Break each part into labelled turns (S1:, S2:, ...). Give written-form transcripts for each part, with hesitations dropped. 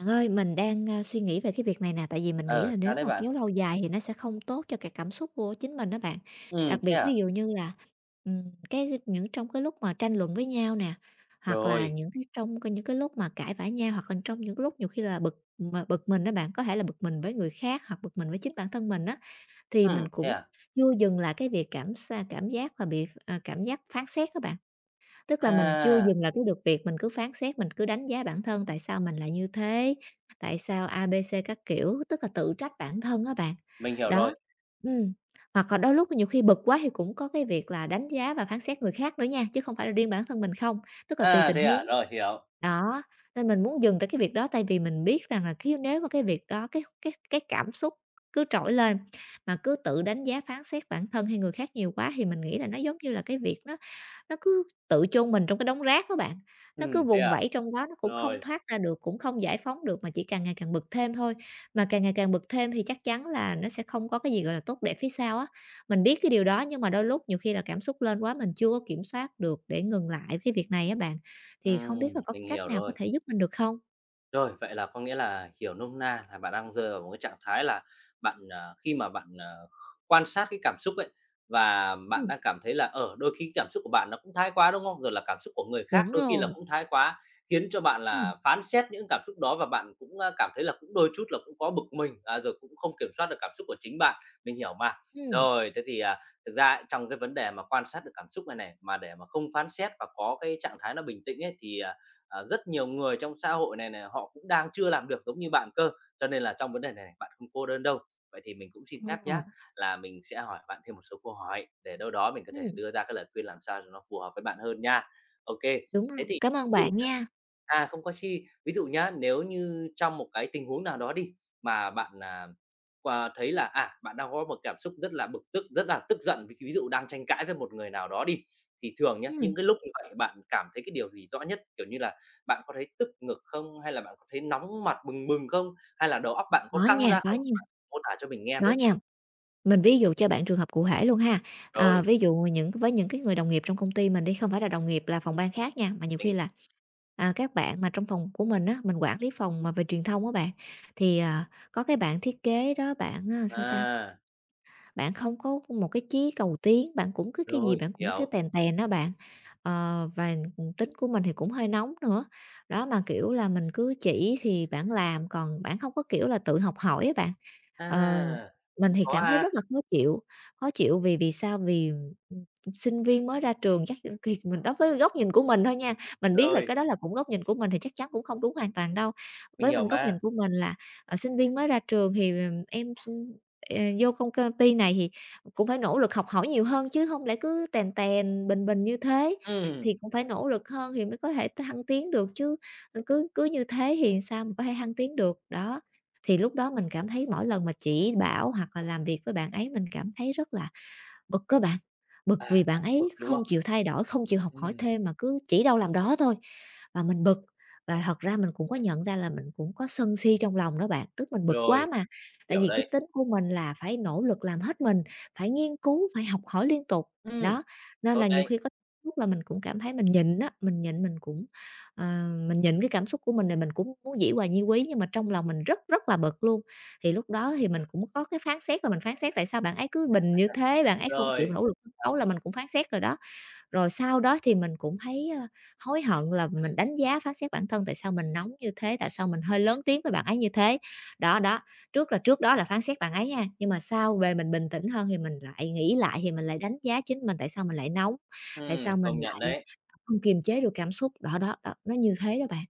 S1: Bạn ơi, mình đang suy nghĩ về cái việc này nè, tại vì mình nghĩ
S2: Ờ,
S1: là
S2: sao
S1: nếu
S2: đấy
S1: mà
S2: bạn?
S1: kéo lâu dài thì nó sẽ không tốt cho cái cảm xúc của chính mình đó bạn. Đặc
S2: Thế
S1: biệt
S2: à?
S1: ví dụ như là, cái những trong cái lúc mà tranh luận với nhau nè, hoặc là
S2: Rồi,
S1: những cái trong cái những cái lúc mà cãi vã nhau, hoặc là trong những lúc nhiều khi là bực mà bực mình đó bạn, có thể là bực mình với người khác hoặc bực mình với chính bản thân mình á, thì mình
S2: thế
S1: cũng
S2: à?
S1: chưa dừng lại cái việc cảm giác và bị, cảm giác phán xét các bạn. Tức là mình chưa
S2: À,
S1: dừng lại cái được việc mình cứ phán xét, mình cứ đánh giá bản thân tại sao mình lại như thế, tại sao A, B, C các kiểu, tức là tự trách bản thân á bạn.
S2: mình hiểu
S1: Đó.
S2: rồi.
S1: ừm, Hoặc là đôi lúc nhiều khi bực quá thì cũng có cái việc là đánh giá và phán xét người khác nữa nha, chứ không phải là riêng bản thân mình không, tức là tùy
S2: À,
S1: tình
S2: thế
S1: huống.
S2: à? Rồi, hiểu.
S1: Đó, nên mình muốn dừng tại cái việc đó tại vì mình biết rằng là khi nếu mà cái việc đó, cái cảm xúc cứ trỗi lên mà cứ tự đánh giá phán xét bản thân hay người khác nhiều quá thì mình nghĩ là nó giống như là cái việc nó cứ tự chôn mình trong cái đống rác đó bạn, nó cứ
S2: Thế
S1: vùng
S2: à?
S1: vẫy trong đó, nó cũng không
S2: Rồi,
S1: thoát ra được, cũng không giải phóng được mà chỉ càng ngày càng bực thêm thôi. Mà càng ngày càng bực thêm thì chắc chắn là nó sẽ không có cái gì, gọi là, tốt đẹp phía sau á. Mình biết cái điều đó nhưng mà đôi lúc nhiều khi là cảm xúc lên quá mình chưa có kiểm soát được để ngừng lại cái việc này á bạn, thì không biết là có cái
S2: mình
S1: cách
S2: hiểu
S1: nào có
S2: rồi.
S1: thể giúp mình được không?
S2: Rồi, vậy là có nghĩa là hiểu nôm na là bạn đang rơi vào một cái trạng thái là bạn, khi mà bạn, quan sát cái cảm xúc ấy, và bạn
S1: Ừm,
S2: đang cảm thấy là, ở đôi khi cảm xúc của bạn nó cũng thái quá, đúng không? Rồi là cảm xúc của người khác
S1: đúng
S2: đôi khi là
S1: rồi.
S2: cũng thái quá, khiến cho bạn
S1: Ừm.
S2: là phán xét những cảm xúc đó và bạn cũng, cảm thấy là cũng đôi chút là cũng có bực mình, rồi cũng không kiểm soát được cảm xúc của chính bạn, mình hiểu mà.
S1: Ừm.
S2: Rồi, thế thì, thực ra ấy, trong cái vấn đề mà quan sát được cảm xúc này này, mà để mà không phán xét và có cái trạng thái nó bình tĩnh ấy, thì, rất nhiều người trong xã hội này này, họ cũng đang chưa làm được giống như bạn cơ. Cho nên là trong vấn đề này này, bạn không cô đơn đâu. Vậy thì mình cũng xin phép
S1: Ờ.
S2: nhá, là mình sẽ hỏi bạn thêm một số câu hỏi để đâu đó mình có thể
S1: Ừm,
S2: đưa ra cái lời khuyên làm sao cho nó phù hợp với bạn hơn nha. OK,
S1: đúng rồi.
S2: thế thì
S1: Cảm ơn
S2: ví dụ
S1: bạn
S2: nhá
S1: nha.
S2: à, Không có chi. Ví dụ nhá, nếu như trong một cái tình huống nào đó đi, mà bạn, qua thấy là, bạn đang có một cảm xúc rất là bực tức, rất là tức giận, ví ví dụ đang tranh cãi với một người nào đó đi, thì thường nhá,
S1: Ừm,
S2: những cái lúc như vậy bạn cảm thấy cái điều gì rõ nhất? Kiểu như là, bạn có thấy tức ngực không? Hay là bạn có thấy nóng mặt bừng bừng không? Hay là đầu óc bạn có
S1: có
S2: căng
S1: nha,
S2: ra
S1: có
S2: không?
S1: nha,
S2: Bạn mô tả cho mình nghe
S1: có
S2: với.
S1: nha. Mình ví dụ cho bạn trường hợp cụ thể luôn ha. À,
S2: Rồi,
S1: ví dụ với những cái người đồng nghiệp trong công ty mình đi, không phải là đồng nghiệp là phòng ban khác nha, mà nhiều
S2: mình
S1: khi là, các bạn mà trong phòng của mình á, mình quản lý phòng mà về truyền thông á bạn, thì, có cái bạn thiết kế đó bạn, sao ta,
S2: à,
S1: bạn không có một cái chí cầu tiến, bạn cũng cứ cái gì
S2: rồi,
S1: bạn cũng cứ
S2: hiểu.
S1: tèn tèn đó bạn. Và, tính của mình thì cũng hơi nóng nữa. Đó, mà, kiểu là, mình cứ chỉ thì bạn làm, còn bạn không có, kiểu là, tự học hỏi á bạn. Ờ,
S2: À,
S1: mình
S2: cũng
S1: thì
S2: khó
S1: cảm thấy
S2: ha.
S1: rất là khó chịu vì vì sao? Vì sinh viên mới ra trường chắc thì mình đó với góc nhìn của mình thôi nha, mình biết là
S2: Rồi,
S1: cái đó là cũng góc nhìn của mình thì chắc chắn cũng không đúng hoàn toàn đâu.
S2: mình
S1: Với
S2: hiểu
S1: mình góc nhìn
S2: mà.
S1: của mình là, sinh viên mới ra trường thì, vô công công ty này thì cũng phải nỗ lực học hỏi nhiều hơn chứ không lẽ cứ tèn tèn, bình bình như thế,
S2: Ừm,
S1: thì cũng phải nỗ lực hơn thì mới có thể thăng tiến được chứ, cứ cứ như thế thì sao mà có thể thăng tiến được. Đó, thì lúc đó mình cảm thấy mỗi lần mà chỉ bảo hoặc là làm việc với bạn ấy mình cảm thấy rất là bực á bạn, bực vì bạn
S2: đang
S1: ấy
S2: bực, đúng
S1: không
S2: không?
S1: chịu thay đổi, không chịu học hỏi
S2: Ừm,
S1: thêm mà cứ chỉ đâu làm đó thôi. Và mình bực, và thật ra mình cũng có nhận ra là mình cũng có sân si trong lòng đó bạn, tức mình bực quá
S2: rồi,
S1: mà. Tại
S2: hiểu
S1: vì cái
S2: đây.
S1: tính của mình là phải nỗ lực làm hết mình, phải nghiên cứu, phải học hỏi liên tục.
S2: Ừm,
S1: Đó, nên
S2: tốt
S1: là nhiều
S2: đấy.
S1: khi có lúc là mình cũng cảm thấy mình nhịn á, ờ, mình nhịn cái cảm xúc của mình rồi mình cũng muốn dĩ hòa vi quý nhưng mà trong lòng mình rất rất là bực luôn. Thì lúc đó thì mình cũng có cái phán xét là mình phán xét tại sao bạn ấy cứ bình như thế, bạn ấy không chịu
S2: Rồi,
S1: nỗ lực phấn đấu là mình cũng phán xét rồi đó. Rồi sau đó thì mình cũng thấy, hối hận là mình đánh giá phán xét bản thân tại sao mình nóng như thế, tại sao mình hơi lớn tiếng với bạn ấy như thế. Đó, đó, trước đó là phán xét bạn ấy nha, nhưng mà sau về mình bình tĩnh hơn thì mình lại nghĩ lại thì mình lại đánh giá chính mình tại sao mình lại nóng, tại sao mình
S2: công nhận
S1: lại
S2: đấy.
S1: không kiềm chế được cảm xúc. Đó, đó, đó, nó như thế đó bạn.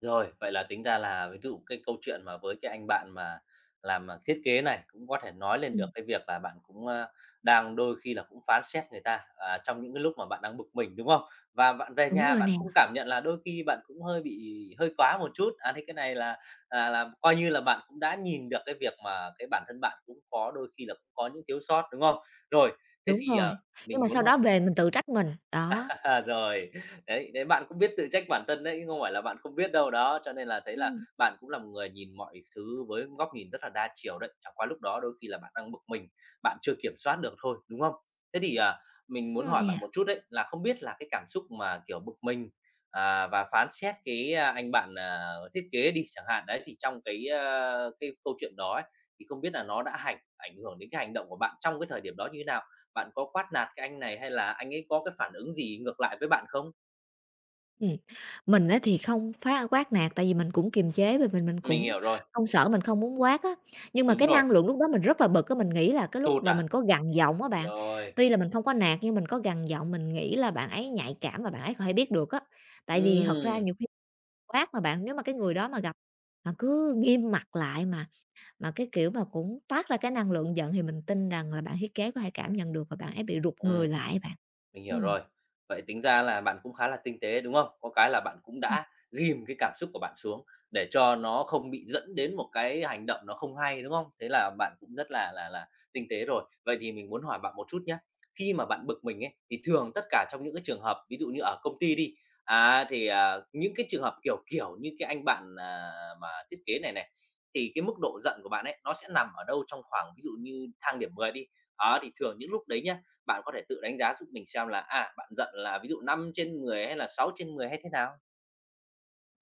S2: Rồi, vậy là tính ra là ví dụ cái câu chuyện mà với cái anh bạn mà làm, thiết kế này, cũng có thể nói lên
S1: Ừm,
S2: được cái việc là bạn cũng, đang đôi khi là cũng phán xét người ta, trong những cái lúc mà bạn đang bực mình, đúng không? Và bạn về
S1: đúng
S2: nhà
S1: rồi
S2: bạn
S1: nè,
S2: cũng cảm nhận là đôi khi bạn cũng hơi bị hơi quá một chút, thế cái này là coi như là bạn cũng đã nhìn được cái việc mà cái bản thân bạn cũng có đôi khi là cũng có những thiếu sót, đúng không? Rồi, thế
S1: đúng
S2: thì,
S1: rồi, nhưng
S2: mình
S1: mà sau
S2: muốn hỏi
S1: đó về mình tự trách mình, đó.
S2: À, rồi. Đấy, đấy, bạn cũng biết tự trách bản thân đấy, không phải là bạn không biết đâu. Đó, cho nên là thấy là
S1: Ừm,
S2: bạn cũng là một người nhìn mọi thứ với góc nhìn rất là đa chiều đấy, chẳng qua lúc đó đôi khi là bạn đang bực mình, bạn chưa kiểm soát được thôi, đúng không? Thế thì, mình
S1: đúng
S2: muốn
S1: rồi
S2: hỏi bạn
S1: nè.
S2: một chút đấy, là không biết là cái cảm xúc mà, kiểu, bực mình, và phán xét cái anh bạn, thiết kế đi chẳng hạn, đấy, thì trong cái câu chuyện đó ấy, thì không biết là nó đã ảnh hưởng đến cái hành động của bạn trong cái thời điểm đó như thế nào? Bạn có quát nạt cái anh này hay là anh ấy có cái phản ứng gì ngược lại với bạn không?
S1: Ừm, mình á thì không quát nạt, tại vì mình cũng kiềm chế và mình
S2: Mình
S1: cũng
S2: hiểu rồi,
S1: không sợ, mình không muốn quát á. Nhưng mà
S2: đúng
S1: cái
S2: rồi,
S1: năng lượng lúc đó mình rất là bực á, mình nghĩ là cái lúc
S2: tụt
S1: và
S2: à?
S1: mình có gằn giọng á bạn,
S2: Rồi,
S1: tuy là mình không có nạt nhưng mình có gằn giọng, mình nghĩ là bạn ấy nhạy cảm và bạn ấy có thể biết được á. Tại vì thật ra
S2: Ừm,
S1: nhiều khi quát mà bạn, nếu mà cái người đó mà gặp mà cứ nghiêm mặt lại mà cái kiểu mà cũng toát ra cái năng lượng giận thì mình tin rằng là bạn thiết kế có thể cảm nhận được và bạn ấy bị rụt người
S2: ừm.
S1: lại á bạn.
S2: Mình hiểu
S1: Ừm.
S2: rồi. Vậy tính ra là bạn cũng khá là tinh tế, đúng không? Có cái là bạn cũng đã ghim cái cảm xúc của bạn xuống để cho nó không bị dẫn đến một cái hành động nó không hay, đúng không? Thế là bạn cũng rất là tinh tế rồi. Vậy thì mình muốn hỏi bạn một chút nhé. Khi mà bạn bực mình ấy, thì thường tất cả trong những cái trường hợp, ví dụ như ở công ty đi, thì, những cái trường hợp, kiểu như cái anh bạn, mà thiết kế này này, thì cái mức độ giận của bạn ấy, nó sẽ nằm ở đâu trong khoảng ví dụ như thang điểm 10 đi. Đó, thì thường những lúc đấy nhá, bạn có thể tự đánh giá giúp mình xem là, bạn giận là ví dụ 5/10 hay là 6/10 hay thế nào?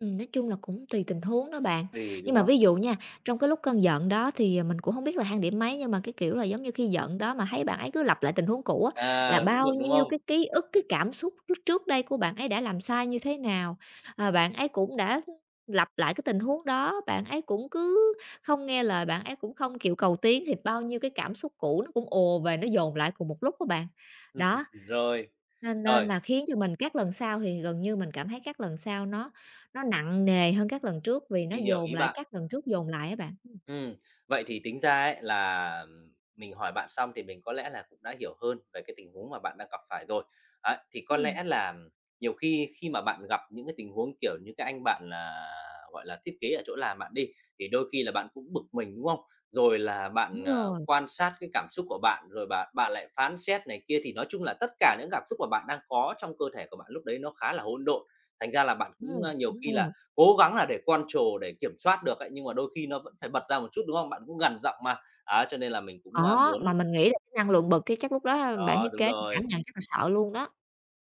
S1: Nói chung là cũng tùy tình huống đó bạn.
S2: Thì,
S1: Nhưng
S2: đúng
S1: mà
S2: không?
S1: ví dụ nha, trong cái lúc cơn giận đó thì, mình cũng không biết là hang điểm mấy, nhưng mà, cái kiểu là, giống như khi giận đó mà thấy bạn ấy cứ lặp lại tình huống cũ á, là
S2: À, cũng
S1: bao
S2: được, đúng
S1: nhiêu
S2: không?
S1: cái ký ức, cái cảm xúc trước trước đây của bạn ấy đã làm sai như thế nào, bạn ấy cũng đã lặp lại cái tình huống đó, bạn ấy cũng cứ không nghe lời, bạn ấy cũng không chịu cầu tiến, thì bao nhiêu cái cảm xúc cũ nó cũng ùa về, nó dồn lại cùng một lúc của bạn. Đó,
S2: Rồi,
S1: nên nên
S2: rồi,
S1: là khiến cho mình các lần sau thì gần như mình cảm thấy các lần sau nó nặng nề hơn các lần trước vì nó
S2: mình hiểu
S1: dồn
S2: ý
S1: lại
S2: bạn.
S1: các lần trước dồn lại á bạn.
S2: Ừm, vậy thì tính ra ấy là mình hỏi bạn xong thì mình có lẽ là cũng đã hiểu hơn về cái tình huống mà bạn đang gặp phải rồi. Ấy, thì có
S1: Ừm,
S2: lẽ là nhiều khi khi mà bạn gặp những cái tình huống, kiểu, như cái anh bạn là, gọi là, thiết kế ở chỗ làm bạn đi, thì đôi khi là bạn cũng bực mình, đúng không? Rồi là
S1: đúng
S2: bạn,
S1: rồi,
S2: quan sát cái cảm xúc của bạn, rồi bạn bạn lại phán xét này kia, thì nói chung là tất cả những cảm xúc mà bạn đang có trong cơ thể của bạn lúc đấy nó khá là hỗn độn. Thành ra là bạn cũng,
S1: ừm,
S2: nhiều
S1: đúng
S2: khi là
S1: rồi.
S2: cố gắng là để control, để kiểm soát được ấy, nhưng mà đôi khi nó vẫn phải bật ra một chút, đúng không? Bạn cũng gần giọng mà, cho nên là mình cũng,
S1: Có, mà
S2: muốn
S1: mình nghĩ là cái năng lượng bực cái chắc lúc đó bạn
S2: đó,
S1: thiết kế cảm nhận chắc là sợ luôn đó.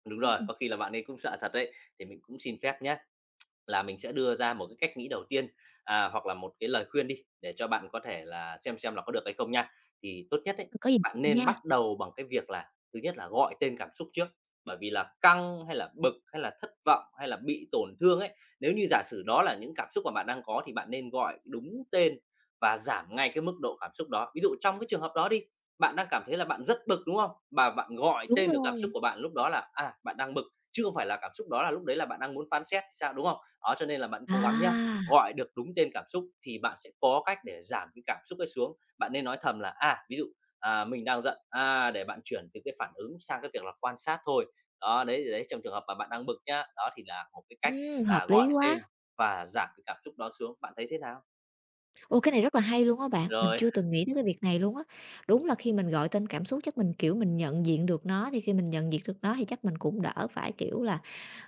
S2: đúng rồi,
S1: Ừm,
S2: có khi là bạn ấy cũng sợ thật đấy, thì mình cũng xin phép nhé. Là mình sẽ đưa ra một cái cách nghĩ đầu tiên, hoặc là một cái lời khuyên đi, để cho bạn có thể là xem là có được hay không nha. Thì tốt nhất ấy,
S1: có gì
S2: bạn
S1: nha,
S2: nên bắt đầu bằng cái việc là thứ nhất là gọi tên cảm xúc trước, bởi vì là căng hay là bực, hay là thất vọng, hay là bị tổn thương ấy, nếu như giả sử đó là những cảm xúc mà bạn đang có thì bạn nên gọi đúng tên và giảm ngay cái mức độ cảm xúc đó. Ví dụ trong cái trường hợp đó đi, bạn đang cảm thấy là bạn rất bực, đúng không? Và bạn gọi
S1: đúng
S2: tên được cảm xúc
S1: rồi.
S2: của bạn lúc đó là, bạn đang bực chứ không phải là cảm xúc đó là lúc đấy là bạn đang muốn phán xét thì sao, đúng không? Đó, cho nên là bạn cố gắng nhá,
S1: À,
S2: gọi được đúng tên cảm xúc thì bạn sẽ có cách để giảm cái cảm xúc ấy xuống. Bạn nên nói thầm là, ví dụ, mình đang giận, để bạn chuyển từ cái phản ứng sang cái việc là quan sát thôi. Đó, đấy, đấy, trong trường hợp mà bạn đang bực nhá, đó thì là một cái cách
S1: hợp
S2: là
S1: lý
S2: gọi
S1: quá.
S2: tên và giảm cái cảm xúc đó xuống. Bạn thấy thế nào?
S1: Ô, cái này rất là hay luôn á bạn, mình
S2: Rồi.
S1: chưa từng nghĩ tới cái việc này luôn á. Đúng là khi mình gọi tên cảm xúc chắc mình, kiểu, mình nhận diện được nó, thì khi mình nhận diện được nó thì chắc mình cũng đỡ phải, kiểu là,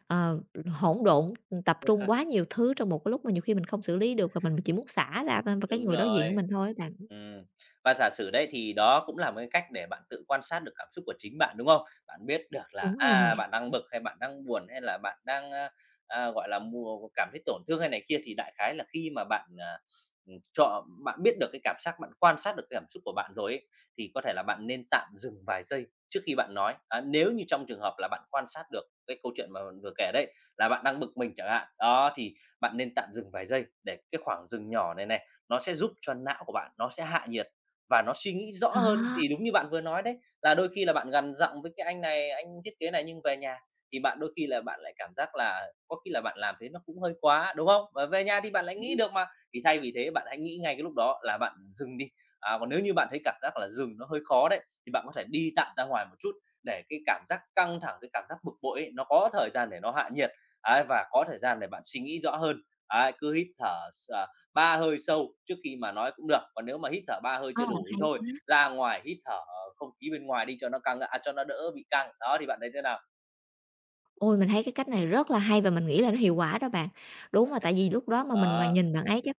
S1: ờ, hỗn độn, tập trung quá nhiều thứ trong một cái lúc mà nhiều khi mình không xử lý được và mình chỉ muốn xả ra tên vào cái
S2: Đúng
S1: người đối diện của
S2: rồi.
S1: mình thôi á bạn.
S2: Ừm, và giả sử đấy thì đó cũng là một cái cách để bạn tự quan sát được cảm xúc của chính bạn, đúng không? Bạn biết được là,
S1: Đúng rồi nè.
S2: bạn đang bực hay bạn đang buồn hay là bạn đang, gọi là, mua cảm thấy tổn thương hay này kia, thì đại khái là khi mà bạn, cho bạn biết được cái cảm giác, bạn quan sát được cái cảm xúc của bạn rồi ấy, thì có thể là bạn nên tạm dừng vài giây trước khi bạn nói. Á, nếu như trong trường hợp là bạn quan sát được cái câu chuyện mà bạn vừa kể đấy, là bạn đang bực mình chẳng hạn, đó, thì bạn nên tạm dừng vài giây để cái khoảng dừng nhỏ này này nó sẽ giúp cho não của bạn nó sẽ hạ nhiệt và nó suy nghĩ rõ hơn.
S1: À,
S2: Thì đúng như bạn vừa nói đấy, là đôi khi là bạn gằn giọng với cái anh này, anh thiết kế này nhưng về nhà thì bạn đôi khi là bạn lại cảm giác là có khi là bạn làm thế nó cũng hơi quá, đúng không? Và về nhà thì bạn lại nghĩ
S1: đúng,
S2: được mà, thì thay vì thế bạn hãy nghĩ ngay cái lúc đó là bạn dừng đi. À, còn nếu như bạn thấy cảm giác là dừng nó hơi khó đấy, thì bạn có thể đi tạm ra ngoài một chút để cái cảm giác căng thẳng, cái cảm giác bực bội ấy, nó có thời gian để nó hạ nhiệt, ấy, và có thời gian để bạn suy nghĩ rõ hơn. Ấy, cứ hít thở à, ba hơi sâu trước khi mà nói cũng được, còn nếu mà hít thở 3 hơi
S1: ờ,
S2: chưa đủ thì
S1: hay
S2: thôi,
S1: quá.
S2: ra ngoài hít thở không khí bên ngoài đi cho nó căng à, cho nó đỡ bị căng. Đó, thì bạn thấy thế nào?
S1: Ôi, mình thấy cái cách này rất là hay và mình nghĩ là nó hiệu quả đó bạn. Đúng là tại vì lúc đó mà mình mà
S2: Đó,
S1: nhìn bạn ấy chắc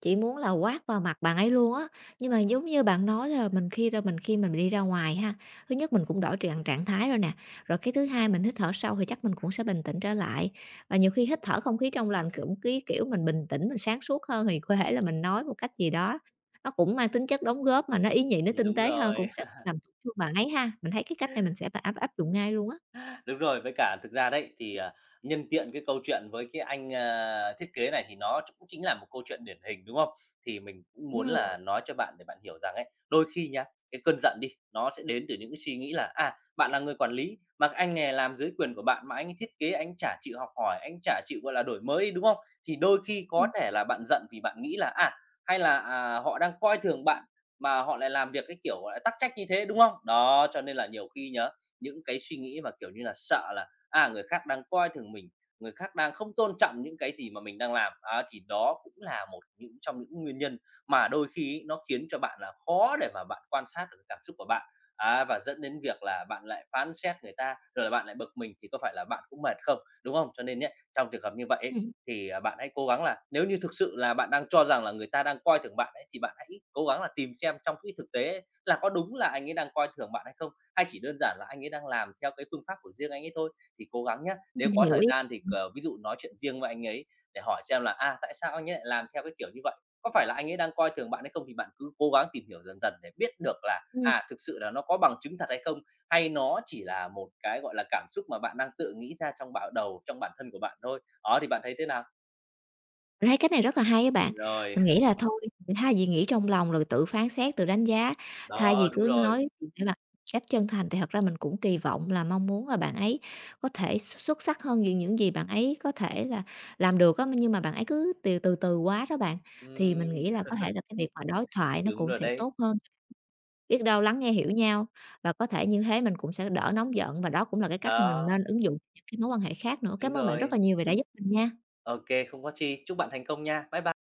S1: chỉ muốn là quát vào mặt bạn ấy luôn á, nhưng mà giống như bạn nói là mình khi mình đi ra ngoài ha, thứ nhất mình cũng đổi trạng trạng thái rồi nè, rồi cái thứ hai mình hít thở sâu thì chắc mình cũng sẽ bình tĩnh trở lại. Và nhiều khi hít thở không khí trong lành cũng cái kiểu mình bình tĩnh, mình sáng suốt hơn thì có thể là mình nói một cách gì đó, nó cũng mang tính chất đóng góp mà nó ý nhị, nó tinh
S2: đúng
S1: tế hơn
S2: rồi.
S1: cũng sẽ làm tổn thương bạn ấy ha. Mình thấy cái cách này mình sẽ áp áp dụng ngay luôn á.
S2: Đúng rồi, với cả thực ra đấy thì, nhân tiện cái câu chuyện với cái anh, thiết kế này thì nó cũng chính là một câu chuyện điển hình, đúng không? Thì mình cũng
S1: Đúng
S2: muốn
S1: rồi,
S2: là nói cho bạn để bạn hiểu rằng ấy, đôi khi nhá, cái cơn giận đi, nó sẽ đến từ những cái suy nghĩ là, bạn là người quản lý, mà cái anh này làm dưới quyền của bạn mà anh ấy thiết kế, anh ấy chả chịu học hỏi, anh ấy chả chịu, gọi là, đổi mới, đúng không? Thì đôi khi có
S1: ừm,
S2: thể là bạn giận vì bạn nghĩ là, hay là, họ đang coi thường bạn mà họ lại làm việc cái kiểu, gọi là, tắc trách như thế, đúng không? Đó, cho nên là nhiều khi nhớ những cái suy nghĩ và kiểu như là, sợ là, người khác đang coi thường mình, người khác đang không tôn trọng những cái gì mà mình đang làm. Á, thì đó cũng là một những trong những nguyên nhân mà đôi khi ấy nó khiến cho bạn là khó để mà bạn quan sát được cái cảm xúc của bạn, á, và dẫn đến việc là bạn lại phán xét người ta, rồi là bạn lại bực mình thì có phải là bạn cũng mệt không, đúng không? Cho nên nhé trong trường hợp như vậy ấy,
S1: ừm,
S2: thì, bạn hãy cố gắng là nếu như thực sự là bạn đang cho rằng là người ta đang coi thường bạn ấy, thì bạn hãy cố gắng là tìm xem trong cái thực tế ấy là có đúng là anh ấy đang coi thường bạn hay không? Hay chỉ đơn giản là anh ấy đang làm theo cái phương pháp của riêng anh ấy thôi. Thì cố gắng nhá, nếu
S1: mình
S2: có
S1: hiểu
S2: thời
S1: ý.
S2: gian thì, ví dụ nói chuyện riêng với anh ấy để hỏi xem là, tại sao anh ấy lại làm theo cái kiểu như vậy? Có phải là anh ấy đang coi thường bạn hay không? Thì bạn cứ cố gắng tìm hiểu dần dần để biết được là, thực sự là nó có bằng chứng thật hay không? Hay nó chỉ là một cái, gọi là, cảm xúc mà bạn đang tự nghĩ ra trong bạo đầu, trong bản thân của bạn thôi. Đó, thì bạn thấy thế nào?
S1: Mình thấy cái này rất là hay á bạn.
S2: Rồi,
S1: Mình nghĩ là thôi, thay vì nghĩ trong lòng rồi tự phán xét, tự đánh giá, thay vì
S2: đó, đúng
S1: cứ
S2: rồi.
S1: nói với bạn cách chân thành thì thật ra mình cũng kỳ vọng là mong muốn là bạn ấy có thể xuất sắc hơn những gì bạn ấy có thể là làm được á, nhưng mà bạn ấy cứ từ từ từ quá đó bạn. Thì mình
S2: Ừm,
S1: nghĩ là có thể là cái việc mà đối thoại nó
S2: đúng
S1: cũng
S2: rồi
S1: sẽ
S2: đấy.
S1: tốt hơn, biết đâu lắng nghe hiểu nhau và có thể như thế mình cũng sẽ đỡ nóng giận và đó cũng là cái cách mình
S2: Đó,
S1: nên ứng dụng những cái mối quan hệ khác nữa. Cảm
S2: đúng
S1: ơn bạn rất
S2: rồi.
S1: là nhiều vì đã giúp mình nha.
S2: OK, không có chi. Chúc bạn thành công nha. Bye bye.